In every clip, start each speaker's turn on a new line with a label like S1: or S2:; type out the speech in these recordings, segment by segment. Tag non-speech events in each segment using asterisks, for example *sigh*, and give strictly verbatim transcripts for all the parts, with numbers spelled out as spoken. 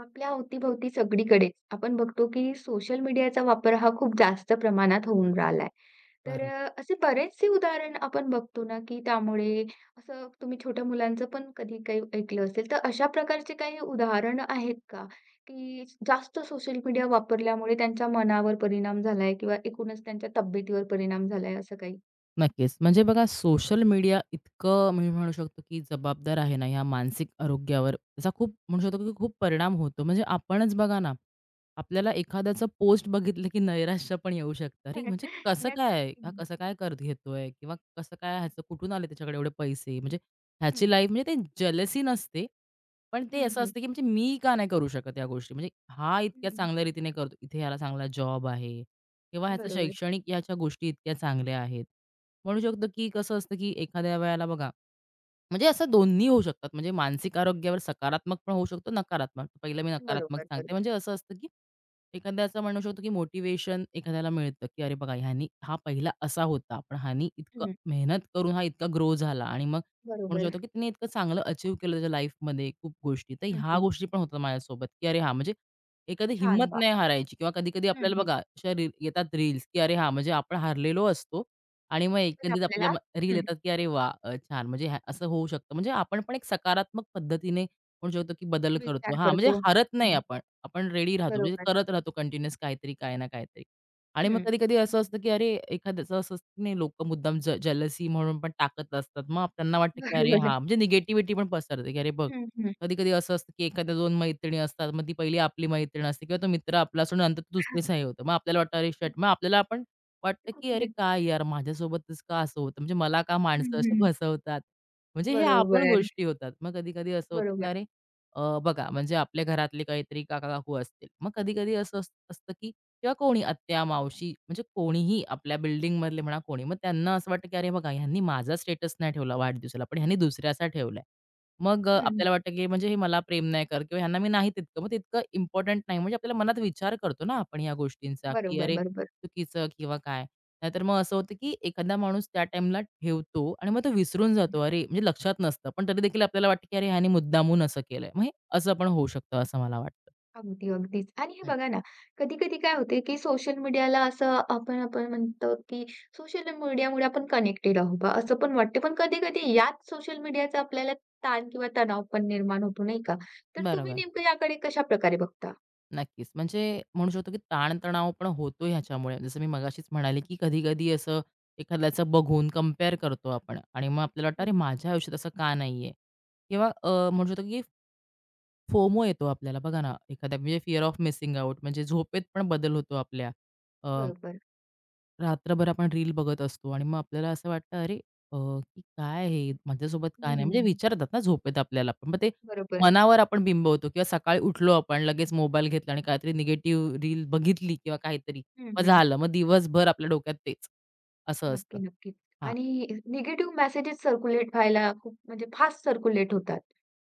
S1: आपल्या अवतीभवती सगळीकडेच आपण बघतो की सोशल मीडियाचा वापर हा खूप जास्त प्रमाणात होऊन राहिलाय. तर
S2: बरोबर.
S1: अ, असे बरेचसे उदाहरण आपण बघतो ना, की त्यामुळे असं तुम्ही छोट्या मुलांचं पण कधी काही ऐकलं असेल, तर अशा प्रकारचे काही उदाहरणं आहेत का? की जास्त सोशल मीडिया वापरल्यामुळे त्यांच्या मनावर परिणाम झालाय किंवा एकूणच त्यांच्या तब्येतीवर परिणाम झालाय असं काही?
S2: नक्कीच. म्हणजे बघा सोशल मीडिया इतकं मी म्हणू शकतो, की जबाबदार आहे ना ह्या मानसिक आरोग्यावर. त्याचा खूप म्हणू शकतो, की खूप परिणाम होतो. म्हणजे आपणच बघा ना, आपल्याला एखाद्याचं पोस्ट बघितलं, की नैराश्य पण येऊ शकतं. अरे, म्हणजे
S1: *laughs*
S2: कसं
S1: नक्की.
S2: काय? हा कसं काय कर घेतोय? किंवा कसं काय ह्याचं कुठून आले त्याच्याकडे एवढे पैसे? म्हणजे ह्याची
S1: हं.
S2: लाईफ म्हणजे ते जेलसी नसते. पण ते
S1: हं,
S2: असं
S1: हं.
S2: असतं, की म्हणजे मी का नाही करू शकत या गोष्टी? म्हणजे हा इतक्या
S1: हं.
S2: चांगल्या रीतीने करतो, इथे ह्याला चांगला जॉब आहे किंवा ह्याचं
S1: बरोबर.
S2: शैक्षणिक ह्याच्या गोष्टी इतक्या चांगल्या आहेत. म्हणू शकतो, की कसं असतं, की एखाद्या वेळेला बघा म्हणजे असं दोन्ही होऊ शकतात. म्हणजे मानसिक आरोग्यावर सकारात्मक पण होऊ शकतो, नकारात्मक. पहिलं मी नकारात्मक
S1: बरोबर,
S2: सांगते.
S1: बरोबर.
S2: म्हणजे असं असतं, की एखाद्याचं म्हणू शकतो, की मोटिव्हेशन एखाद्याला मिळतं, की अरे बघा ह्यानी हा पहिला असा होता, पण ह्यानी इतकं
S1: हं.
S2: मेहनत करून हा इतका ग्रो झाला आणि मग म्हणू
S1: बरोबर.
S2: शकतो, की त्याने इतकं चांगलं अचीव्ह केलं त्याच्या लाईफमध्ये खूप गोष्टी. तर
S1: हं,
S2: ह्या
S1: हं.
S2: गोष्टी पण होतात माझ्यासोबत, की अरे हां, म्हणजे एखादी
S1: छान
S2: हिंमत
S1: वाह!
S2: नाही हारायची किंवा कधी-कधी
S1: हं,
S2: आपल्याला
S1: हं.
S2: बघा अशा रील येतात रील्स, की अरे हां, म्हणजे आपण हारलेलो असतो. आणि मग
S1: पण
S2: एकंदरीत
S1: आपल्याला
S2: आपल्याला रील
S1: हं,
S2: येतात, की अरे वाह! अ, छान म्हणजे ह्या असं होऊ शकतं. म्हणजे आपण पण एक सकारात्मक पद्धतीने म्हणू शकतो, की बदल करतो.
S1: विचार
S2: हां, म्हणजे
S1: करतो.
S2: हरत नाही
S1: हं,
S2: आपण. आपण रेडी राहतो. म्हणजे
S1: बरोबर.
S2: करत राहतो कंटिन्यूअस काहीतरी, काही ना काहीतरी. आणि मग
S1: हं,
S2: कधी-कधी असं असतं, की अरे एखाद्याचं असं असतं, की नाही लोकं मुद्दाम ज म्हणून पण टाकत असतात. मग त्यांना वाटतं, की अरे
S1: बरोबर.
S2: हां, म्हणजे निगेटिव्हिटी पण पसरते, की अरे बघ,
S1: हं, हं.
S2: कधी-कधी असं असतं, की एखाद्या दोन मैत्रिणी असतात. मग ती पहिली आपली मैत्रीण असते किंवा तो मित्र आपला असून नंतर तो दुसरीच
S1: *laughs*
S2: हे होतं. मग आपल्याला वाटतं अरे शिट! मग आपल्याला आपण वाटतं की अरे काय यार माझ्यासोबतच का असं होतं? म्हणजे मला का
S1: हं,
S2: माणसं असे
S1: हं.
S2: फसवतात? म्हणजे हे आपण
S1: बरोबर,
S2: गोष्टी होतात. मग कधी-कधी असं होतं की
S1: बरोबर.
S2: अरे अ, बघा म्हणजे आपल्या घरातले काहीतरी काका-काकू असतील. मग कधी-कधी असं अस असतं की किंवा कोणी आत्या, मावशी म्हणजे कोणीही आपल्या बिल्डिंगमधले म्हणा कोणी. मग त्यांना असं वाटतं की अरे बघा ह्यांनी माझा स्टेटस नाही ठेवला वाढदिवसाला, पण ह्यांनी दुसऱ्याचा ठेवलाय. मग अ,
S1: हं,
S2: आपल्याला वाटतं, की म्हणजे हे मला प्रेम नाही करत किंवा ह्यांना मी नाही तितकं. मग तितकं इम्पोर्टंट नाही. म्हणजे आपल्याला मनात विचार करतो ना आपण या गोष्टींचा, की
S1: बरोबर,
S2: अरे
S1: बरोबर.
S2: चुकीचं किंवा काय. नाहीतर मग असं होतं, की एखादा माणूस त्या टाइमला ठेवतो आणि मग तो विसरून जातो. अरे म्हणजे लक्षात नसतं. पण तरी देखील आपल्याला वाटतं, की अरे ह्याने मुद्दामून असं केलंय. मग हे असं पण होऊ शकतं असं मला वाटतं.
S1: अगदी, अगदीच. आणि हे
S2: हं,
S1: बघा ना, कधी-कधी काय होते, की सोशल मीडियाला असं आपण आपण म्हणतो, की सोशल मीडियामुळे आपण कनेक्टेड आहोत बा, असं पण वाटतं. पण कधी-कधी याच सोशल मीडियाचा आपल्याला ताण किंवा तणाव पण निर्माण होतो, नाही का? तर तुम्ही
S2: बरोबर.
S1: नेमकं याकडे कशाप्रकारे बघता?
S2: नक्कीच. म्हणजे म्हणू शकतो, की ताणतणाव पण होतो ह्याच्यामुळे. जसं मी मगाशीच म्हणाले, की कधी-कधी असं एखाद्याचं बघून कंपेअर करतो आपण आणि मग आपल्याला वाटतं, "अरे,
S1: हं,
S2: माझ्या आयुष्यात असं का नाही आहे?" किंवा अ, म्हणू शकतो, की फोमो येतो आपल्याला. बघा ना, एखाद्या म्हणजे फिअर ऑफ मिसिंग आउट म्हणजे झोपेत पण बदल होतो आपल्या.
S1: बरोबर.
S2: रात्रभर आपण रील बघत असतो आणि मग आपल्याला असं वाटतं, "अरे, अ, की काय हे? माझ्यासोबत काय नाही?" म्हणजे
S1: हं.
S2: विचारतात ना झोपेत आपल्याला पण. मग ते
S1: बरोबर.
S2: मनावर आपण बिंबवतो किंवा सकाळी उठलो आपण, लगेच मोबाईल घेतला आणि काहीतरी निगेटिव्ह रील बघितली किंवा काहीतरी,
S1: हं,
S2: मग
S1: हं.
S2: झालं. मग दिवसभर आपल्या डोक्यात तेच, असं असतं.
S1: नक्की, नक्कीच.
S2: हां.
S1: आणि निगेटिव्ह मेसेजेस सर्क्युलेट व्हायला खूप म्हणजे फास्ट सर्क्युलेट होतात.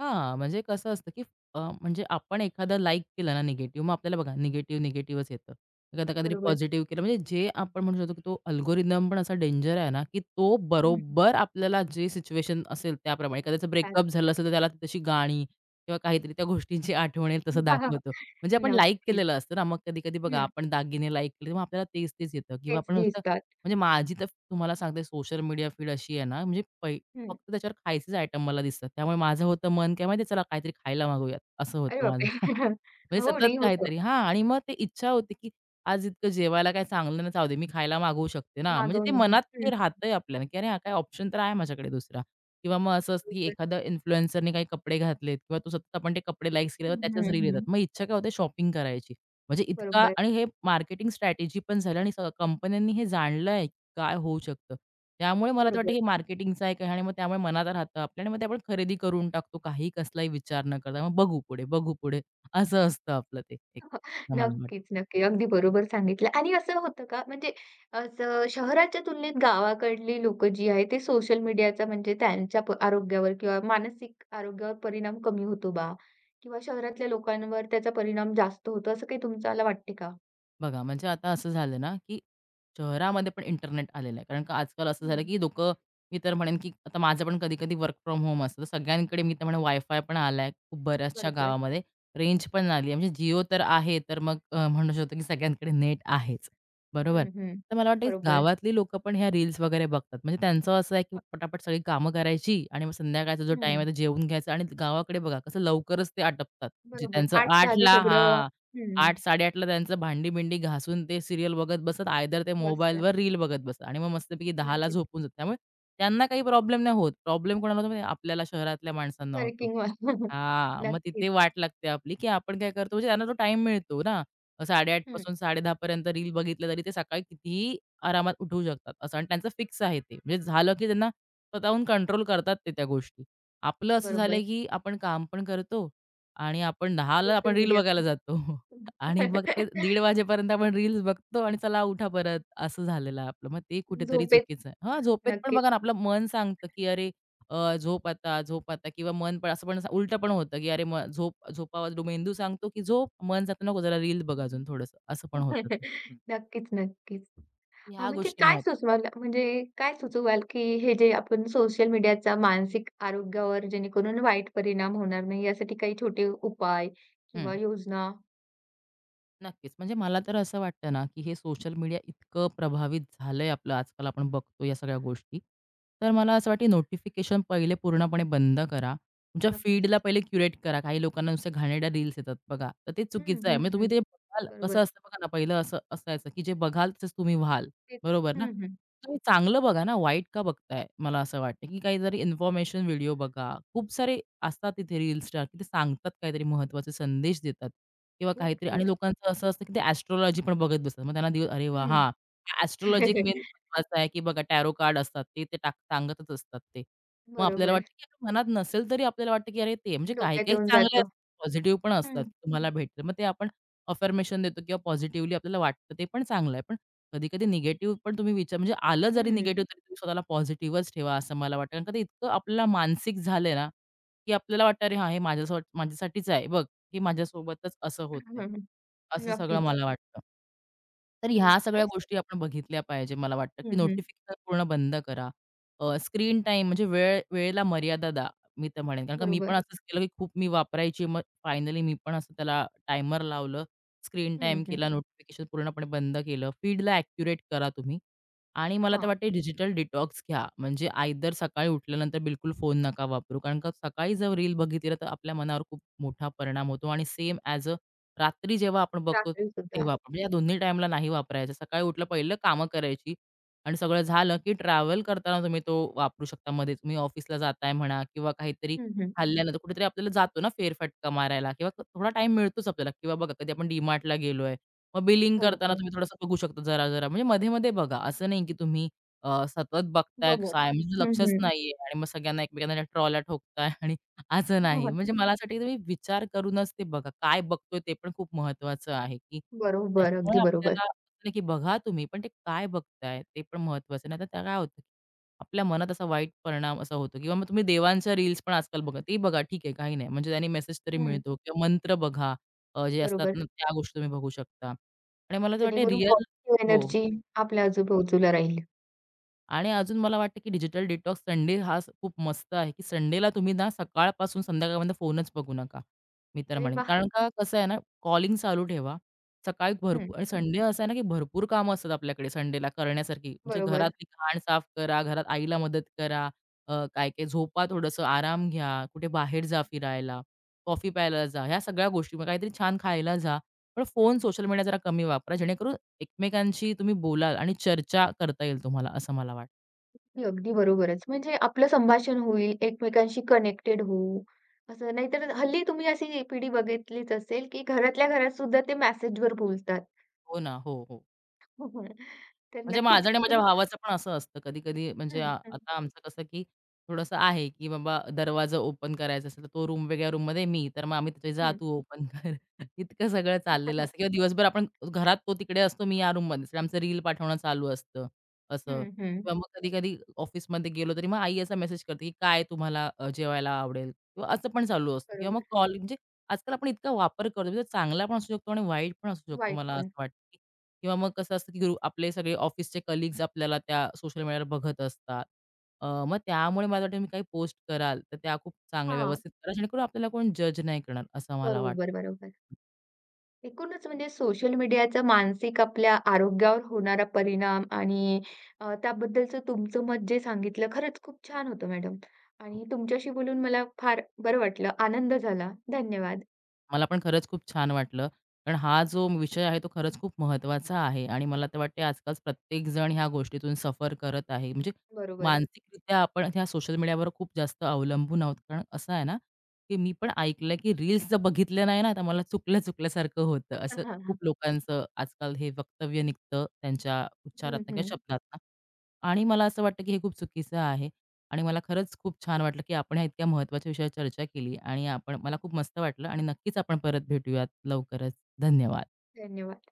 S2: हां, म्हणजे कसं असतं, की अ, म्हणजे आपण एखादा लाइक केला ना निगेटिव्ह, मग आपल्याला बघा निगेटिव्ह, निगेटिव्हच येतं. एखादा काहीतरी
S1: बरोबर.
S2: पॉझिटिव्ह केलं म्हणजे जे आपण म्हणू शकतो, की तो अल्गोरिदम पण असा डेंजर आहे ना, की तो
S1: हं.
S2: बरोबर आपल्याला जे सिच्युएशन असेल त्याप्रमाणे एखाद्याचं ब्रेकअप
S1: त्याच
S2: झालं असेल, तर त्याला ती तशी गाणी किंवा काहीतरी त्या गोष्टींची आठवण येईल तसं
S1: *laughs*
S2: दाखवतो. म्हणजे आपण लाइक
S1: नक्कीच.
S2: केलेलं असतं ना, मग कधी-कधी बघा
S1: हं.
S2: आपण दागिने लाइक केले, मग आपल्याला तेच-तेच येतं किंवा
S1: तेच
S2: आपण नुसतं
S1: दिसतात.
S2: म्हणजे माझी तर तुम्हाला सांगते सोशल मीडिया फीड अशी आहे ना, म्हणजे पै
S1: हं.
S2: फक्त त्याच्यावर खायचेच आयटम मला दिसतात. त्यामुळे माझं होतं मन काय माहिती आहे, चला काहीतरी खायला मागवूयात असं
S1: अरे
S2: होतं माझं.
S1: बापरे! *laughs*
S2: म्हणजे
S1: हो,
S2: सतत
S1: नाही होतं.
S2: काहीतरी हां आणि मग ते इच्छा होते, की आज इतकं जेवायला काय चांगलं नाही, जाऊ दे मी खायला मागवू शकते ना. म्हणजे ते
S1: मागवून
S2: मनात
S1: हं,
S2: ते राहतंय आपल्याला, की अरे हा काय ऑप्शन तर आहे माझ्याकडे दुसरा. किंवा मग असं असतं, की
S1: बरोबर.
S2: एखाद्या इन्फ्लुएन्सरने काही कपडे घातलेत किंवा तो सतत आपण ते कपडे लाईक्स केल्यावर
S1: हं, हं,
S2: त्याच्याच रील येतात.
S1: हं.
S2: मग इच्छा काय होते शॉपिंग करायची. म्हणजे इतका
S1: बरोबर,
S2: आणि हे मार्केटिंग स्ट्रॅटेजी पण झाली आणि कंपन्यांनी हे जाणलंय काय होऊ शकतं. त्यामुळे मला तर वाटतं
S1: बरोबर.
S2: हे मार्केटिंगचा एक आहे आणि मग त्यामुळे मनात राहतं आपल्या आणि मग ते आपण खरेदी करून टाकतो काही कसलाही विचार न करता. मग बघू पुढे, बघू पुढे. असं असतं आपलं ते एक, असं मला
S1: नक्कीच, नक्की. अगदी बरोबर सांगितलं आणि असं होतं का म्हणजे असं शहराच्या तुलनेत गावाकडली लोकं जी आहेत ते सोशल मीडियाचा म्हणजे त्यांच्या प आरोग्यावर किंवा मानसिक आरोग्यावर परिणाम कमी होतो बा किंवा शहरातल्या लोकांवर त्याचा परिणाम जास्त होतो असं काही तुम्हाला वाटते का?
S2: बघा, म्हणजे आता असं झालं ना, की शहरामध्ये पण इंटरनेट आलेलं आहे. कारण का आजकाल असं झालं,
S1: हं,
S2: की लोकं मी तर म्हणेन, की आता माझं पण कधी-कधी वर्क फ्रॉम होम असतं. तर सगळ्यांकडे मी तर म्हणेन वायफाय पण आलाय खूप बऱ्याचशा
S1: बरोबर.
S2: गावामध्ये. रेंज पण आली आहे. म्हणजे जिओ तर आहे, तर मग अ, म्हणू शकतो, की सगळ्यांकडे नेट आहेच. बरोबर?
S1: हं, हं.
S2: तर मला वाटतं
S1: बरोबर.
S2: गावातली लोकं पण ह्या रील्स वगैरे बघतात. म्हणजे त्यांचं असं आहे, की पटापट सगळी कामं करायची आणि मग संध्याकाळचा जो टाईम आहे,
S1: हं,
S2: तो जेवून घ्यायचा आणि गावाकडे बघा कसं लवकरच ते आटपतात. म्हणजे
S1: बरोबर.
S2: त्यांचं
S1: आठच्या
S2: 8:00
S1: आधी
S2: ला
S1: सगळं हं,
S2: 8:00-8:30ला त्यांचं भांडी-बिंडी घासून ते सीरियल बघत बसतात. आयदर ते
S1: बसतात.
S2: मोबाईलवर रील बघत बसतात आणि मग मस्तपैकी 10:00ला
S1: नक्कीच.
S2: झोपून जातात. त्यामुळे त्यांना काही प्रॉब्लेम नाही होत. प्रॉब्लेम कोणाला होतो माहिती आहे? आपल्याला शहरातल्या माणसांना होतो.
S1: वर्किंग *laughs*
S2: हां, मग तिथे
S1: नक्कीच.
S2: वाट लागते आपली, की आपण काय करतो म्हणजे त्यांना तो टाईम मिळतो ना. साडे आठ
S1: हं,
S2: पासून साडे दहा पर्यंत रील बघितलं तरी ते सकाळी कितीही आरामात उठू शकतात असं आणि त्यांचं फिक्स आहे ते. म्हणजे झालं की त्यांना स्वतःहून कंट्रोल करतात ते त्या गोष्टी. आपलं असं
S1: बरोबर.
S2: झालंय, की आपण काम पण करतो आणि आपण 10:00ला आपण
S1: सोशल
S2: रील
S1: मीडिया
S2: बघायला
S1: पण
S2: जातो. आणि मग ते
S1: *laughs*
S2: दीड वाजेपर्यंत आपण रील्स बघतो आणि चला उठा परत, असं झालेलं आहे आपलं. मग ते कुठेतरी
S1: झोपेत
S2: चुकीचं आहे. हां, झोपेत पण
S1: नक्कीच.
S2: बघा ना, आपलं मन सांगतं, की अरे अ, झोप आता, झोप आता किंवा मन पण असं पण सा- उलटं पण होतं, की अरे मग झोप झोपावं मेंदू सांगतो, की झोप. मन सांगतं, "नको, जरा रील बघ अजून थोडंसं." असं पण होतं
S1: *laughs*
S2: ते. हं.
S1: नक्कीच, नक्कीच. अ,
S2: ह्या
S1: म्हणजे
S2: गोष्टी
S1: काय
S2: महत्त्वाच्या.
S1: सुचवाल म्हणजे काय सुचवाल, की हे जे आपण सोशल मीडियाचा मानसिक आरोग्यावर जेणेकरून वाईट परिणाम होणार नाही, यासाठी काही छोटे उपाय किंवा योजना?
S2: नक्कीच. म्हणजे मला तर असं वाटतं ना, की हे सोशल मीडिया इतकं प्रभावित झालंय आपलं आजकाल आपण बघतो या सगळ्या गोष्टी. तर मला असं वाटतं नोटिफिकेशन पहिले पूर्णपणे बंद करा. तुमच्या फीडला
S1: नक्कीच.
S2: पहिले क्युरेट करा. काही लोकांना नुसत्या घाणेरड्या रील्स येतात बघा. तर ते
S1: हं,
S2: चुकीचं आहे.
S1: हं,
S2: म्हणजे तुम्ही
S1: हं.
S2: ते बघाल
S1: बरोबर.
S2: कसं असतं बघा ना, पहिलं असं असायचं, की जे बघाल तसंच तुम्ही व्हाल.
S1: तेच.
S2: बरोबर ना?
S1: हं, हं.
S2: तुम्ही चांगलं बघा ना, वाईट का बघताय? मला असं वाटतं, की काहीतरी इन्फॉर्मेशन व्हिडिओ बघा. खूप सारे असतात तिथे रील स्टार, की ते सांगतात काहीतरी महत्त्वाचे संदेश देतात किंवा
S1: खूप,
S2: काहीतरी
S1: खूप.
S2: आणि लोकांचं असं असतं, की ते ॲस्ट्रोलॉजी पण बघत बसतात. मग त्यांना दिव अरे वाह!
S1: हं.
S2: हां, ॲस्ट्रोलॉजी एक
S1: *laughs*
S2: मेन महत्त्वाचं आहे, की बघा टॅरो कार्ड असतात ते, ते टाक सांगतच असतात ते. मग आपल्याला
S1: बरोबर.
S2: वाटतं, की आपल्या मनात नसेल तरी आपल्याला वाटतं, की अरे ते म्हणजे
S1: डोक्यात
S2: काही-काही
S1: येऊन
S2: चांगले
S1: जातं.
S2: पॉझिटिव्ह पण असतात
S1: हं,
S2: तुम्हाला भेटतं. मग ते आपण अफर्मेशन देतो किंवा पॉझिटिव्हली आपल्याला वाटतं ते पण चांगलं आहे. पण कधी-कधी निगेटिव्ह पण तुम्ही विचार म्हणजे आलं जरी
S1: हं.
S2: निगेटिव्ह तरी तुम्ही स्वतःला पॉझिटिव्हच ठेवा असं मला वाटतं. कारण का ते इतकं आपल्याला मानसिक झालंय ना, की आपल्याला वाटतं अरे हां, हे माझ्यासो माझ्यासाठीच आहे. बघ, हे माझ्यासोबतच असं होतंय.
S1: *laughs*
S2: असं सगळं
S1: नक्कीच.
S2: मला वाटतं. तर
S1: हो.
S2: ह्या सगळ्या
S1: आणि
S2: गोष्टी आपण बघितल्या पाहिजे मला वाटतं, की
S1: हं, हं.
S2: नोटिफिकेशन पूर्ण बंद करा. स्क्रीन टाइम म्हणजे वेळ वेळेला मर्यादा द्या, मी तर म्हणेन. कारण का मी पण
S1: बरोबर.
S2: असंच केलं, की खूप मी वापरायची. मग फायनली मी पण असं त्याला टायमर लावलं स्क्रीन
S1: हं,
S2: टाईम
S1: हं.
S2: केला, नोटिफिकेशन पूर्णपणे बंद केलं, फीडला ॲक्युरेट करा तुम्ही आणि मला तर
S1: हां.
S2: वाटते डिजिटल डिटॉक्स घ्या. म्हणजे आयदर सकाळी उठल्यानंतर बिलकुल फोन नका वापरू. कारण का सकाळी जर रील बघितली तर आपल्या मनावर खूप मोठा परिणाम होतो आणि सेम ॲज अ रात्री जेव्हा आपण बघतो
S1: रात्री सुद्धा.
S2: तेव्हा पण. म्हणजे या दोन्ही टाईमला नाही वापरायचं. सकाळी उठलं पहिलं कामं करायची आणि सगळं झालं, की ट्रॅव्हल करताना तुम्ही तो वापरू शकता. मध्ये तुम्ही ऑफिसला जाताय म्हणा किंवा काहीतरी
S1: हं, हं.
S2: खाल्ल्यानंतर कुठेतरी आपल्याला जातो ना फेरफटका मारायला किंवा क- थोडा टाइम मिळतोच आपल्याला किंवा बघा कधी आपण डीमार्टला गेलोय मग बिलिंग
S1: हो,
S2: करताना
S1: हो.
S2: तुम्ही थोडंसं बघू शकता जरा जरा म्हणजे मध्ये मध्ये बघा असं नाही की तुम्ही अ, सतत बघताय
S1: बघूयात.
S2: साय म्हणजे
S1: हं,
S2: लक्षच
S1: हं.
S2: नाहीये आणि मग सगळ्यांना एकमेकांना ट्रॉला ठोकताय *laughs* आणि असं नाही
S1: हो.
S2: म्हणजे मला असं वाटतं की तुम्ही विचार करूनच ते बघा काय बघतोय ते पण खूप महत्वाचं आहे की
S1: बरोबर,
S2: त्याच्यामुळे
S1: अगदी बरोबर.
S2: आपल्याला असं नाही की बघा तुम्ही पण ते काय बघताय ते पण महत्वाचं नाही तर त्या काय होतं आपल्या मनात असा वाईट परिणाम असा होतो किंवा मग तुम्ही देवांच्या रील्स पण आजकाल बघा. ते बघा ठीक आहे काही नाही. म्हणजे त्यांनी मेसेज तरी
S1: हं,
S2: मिळतो किंवा मंत्र बघा अ, जे असतात
S1: बरोबर.
S2: ना त्या गोष्टी तुम्ही बघू शकता आणि मला तर वाटते
S1: जेणेकरून
S2: रिअल
S1: पॉझिटिव्ह
S2: हो.
S1: एनर्जी आपल्या आजूबाजूला राहील.
S2: आणि अजून मला वाटतं, की डिजिटल डिटॉक्स संडे हा स- खूप मस्त आहे, की संडेला तुम्ही ना सकाळपासून संध्याकाळपर्यंत फोनच बघू नका. मी तर
S1: अरे
S2: म्हणेन.
S1: वाह!
S2: कारण का कसं आहे ना, कॉलिंग चालू ठेवा. सकाळी
S1: हं,
S2: भरपूर आणि संडे असा आहे ना, की भरपूर कामं असतात आपल्याकडे संडेला करण्यासारखी. म्हणजे
S1: बरोबर.
S2: घरातली घाण साफ करा, घरात आईला मदत करा, अ, काय-काय झोपा थोडंसं, आराम घ्या, कुठे बाहेर जा फिरायला, कॉफी प्यायला जा, ह्या सगळ्या गोष्टी. मग काहीतरी छान खायला जा. पण फोन, सोशल मीडिया जरा कमी वापरा जेणेकरून एकमेकांशी तुम्ही बोलाल आणि चर्चा करता येईल तुम्हाला, असं मला वाटतं.
S1: ही अगदी बरोबरच. म्हणजे आपलं संभाषण होईल, एकमेकांशी कनेक्टेड होऊ, असं. नाहीतर हल्ली तुम्ही अशी पिढी बघितलीच असेल, की घरातल्या घरात सुद्धा ते मेसेजवर बोलतात.
S2: हो ना. हो, हो.
S1: तर
S2: म्हणजे
S1: नक्कीच
S2: माझं आणि माझ्या
S1: तुम्ही
S2: भावाचं पण असं असतं कधी-कधी म्हणजे
S1: हं,
S2: आ
S1: हं,
S2: आता आमचं कसं, की थोडंसं आहे, की बाबा दरवाजा ओपन करायचा असेल, तर तो रूम वेगळ्या रूममध्ये, मी. तर मग आम्ही त्याच्या "जा
S1: हं.
S2: तू ओपन कर." *laughs* इतकं सगळं चाललेलं असतं किंवा दिवसभर आपण घरात तो तिकडे असतो, मी या रूममध्ये. आमचं रील पाठवणं चालू असतं, असं.
S1: हं, हं.
S2: किंवा मग कधी-कधी ऑफिसमध्ये गेलो तरी मग आई असा मेसेज करते, की "काय तुम्हाला अ, जेवायला आवडेल?" किंवा असं पण चालू असतं किंवा मग
S1: बरोबर.
S2: कॉल म्हणजे आजकाल आपण इतका वापर करतो, म्हणजे चांगला पण असू शकतो आणि वाईट पण असू शकतो,
S1: वाईट
S2: मला
S1: पण.
S2: असं वाटतं. किंवा मग कसं असतं की ग्रुप आपले सगळे ऑफिसचे कलीग्स आपल्याला त्या सोशल मीडियावर बघत असतात. अ, मग त्यामुळे मला वाटतं तुम्ही काही पोस्ट कराल, तर त्या खूप चांगल्या
S1: हां,
S2: व्यवस्थित करा, जेणेकरून आपल्याला कोण जज नाही करणार, असं मला वाटतं.
S1: बरोबर, बरोबर. एकूणच म्हणजे सोशल मीडियाचा मानसिक आपल्या आरोग्यावर होणारा परिणाम आणि अ, त्याबद्दलचं तुमचं मत जे सांगितलं खरंच खूप छान होतं मॅडम. आणि तुमच्याशी बोलून मला फार बरं वाटलं. आनंद झाला. धन्यवाद.
S2: मला पण खरंच खूप छान वाटलं. कारण हा जो विषय आहे तो खरंच खूप महत्त्वाचा आहे आणि मला तर वाटते आजकाल प्रत्येकजण ह्या गोष्टीतून सफर करत आहे. म्हणजे
S1: बरोबर.
S2: मानसिकरित्या आपण ह्या सोशल मीडियावर खूप जास्त अवलंबून आहोत. कारण असं आहे ना, की मी पण ऐकलंय की रील्स जर बघितल्या नाही ना, तर मला चुकल्या-चुकल्यासारखं होतं.
S1: हां,
S2: असं
S1: हां, हां.
S2: खूप लोकांचं आजकाल हे वक्तव्य निघतं त्यांच्या
S1: हं,
S2: उच्चारातनं किंवा
S1: हं.
S2: शब्दातनं आणि मला असं वाटतं की हे खूप चुकीचं आहे. आणि मला खरंच खूप छान वाटलं, की आपण ह्या इतक्या महत्त्वाच्या विषयावर चर्चा केली आणि आपण मला खूप मस्त वाटलं आणि नक्कीच आपण परत भेटूयात लवकरच. धन्यवाद.
S1: धन्यवाद.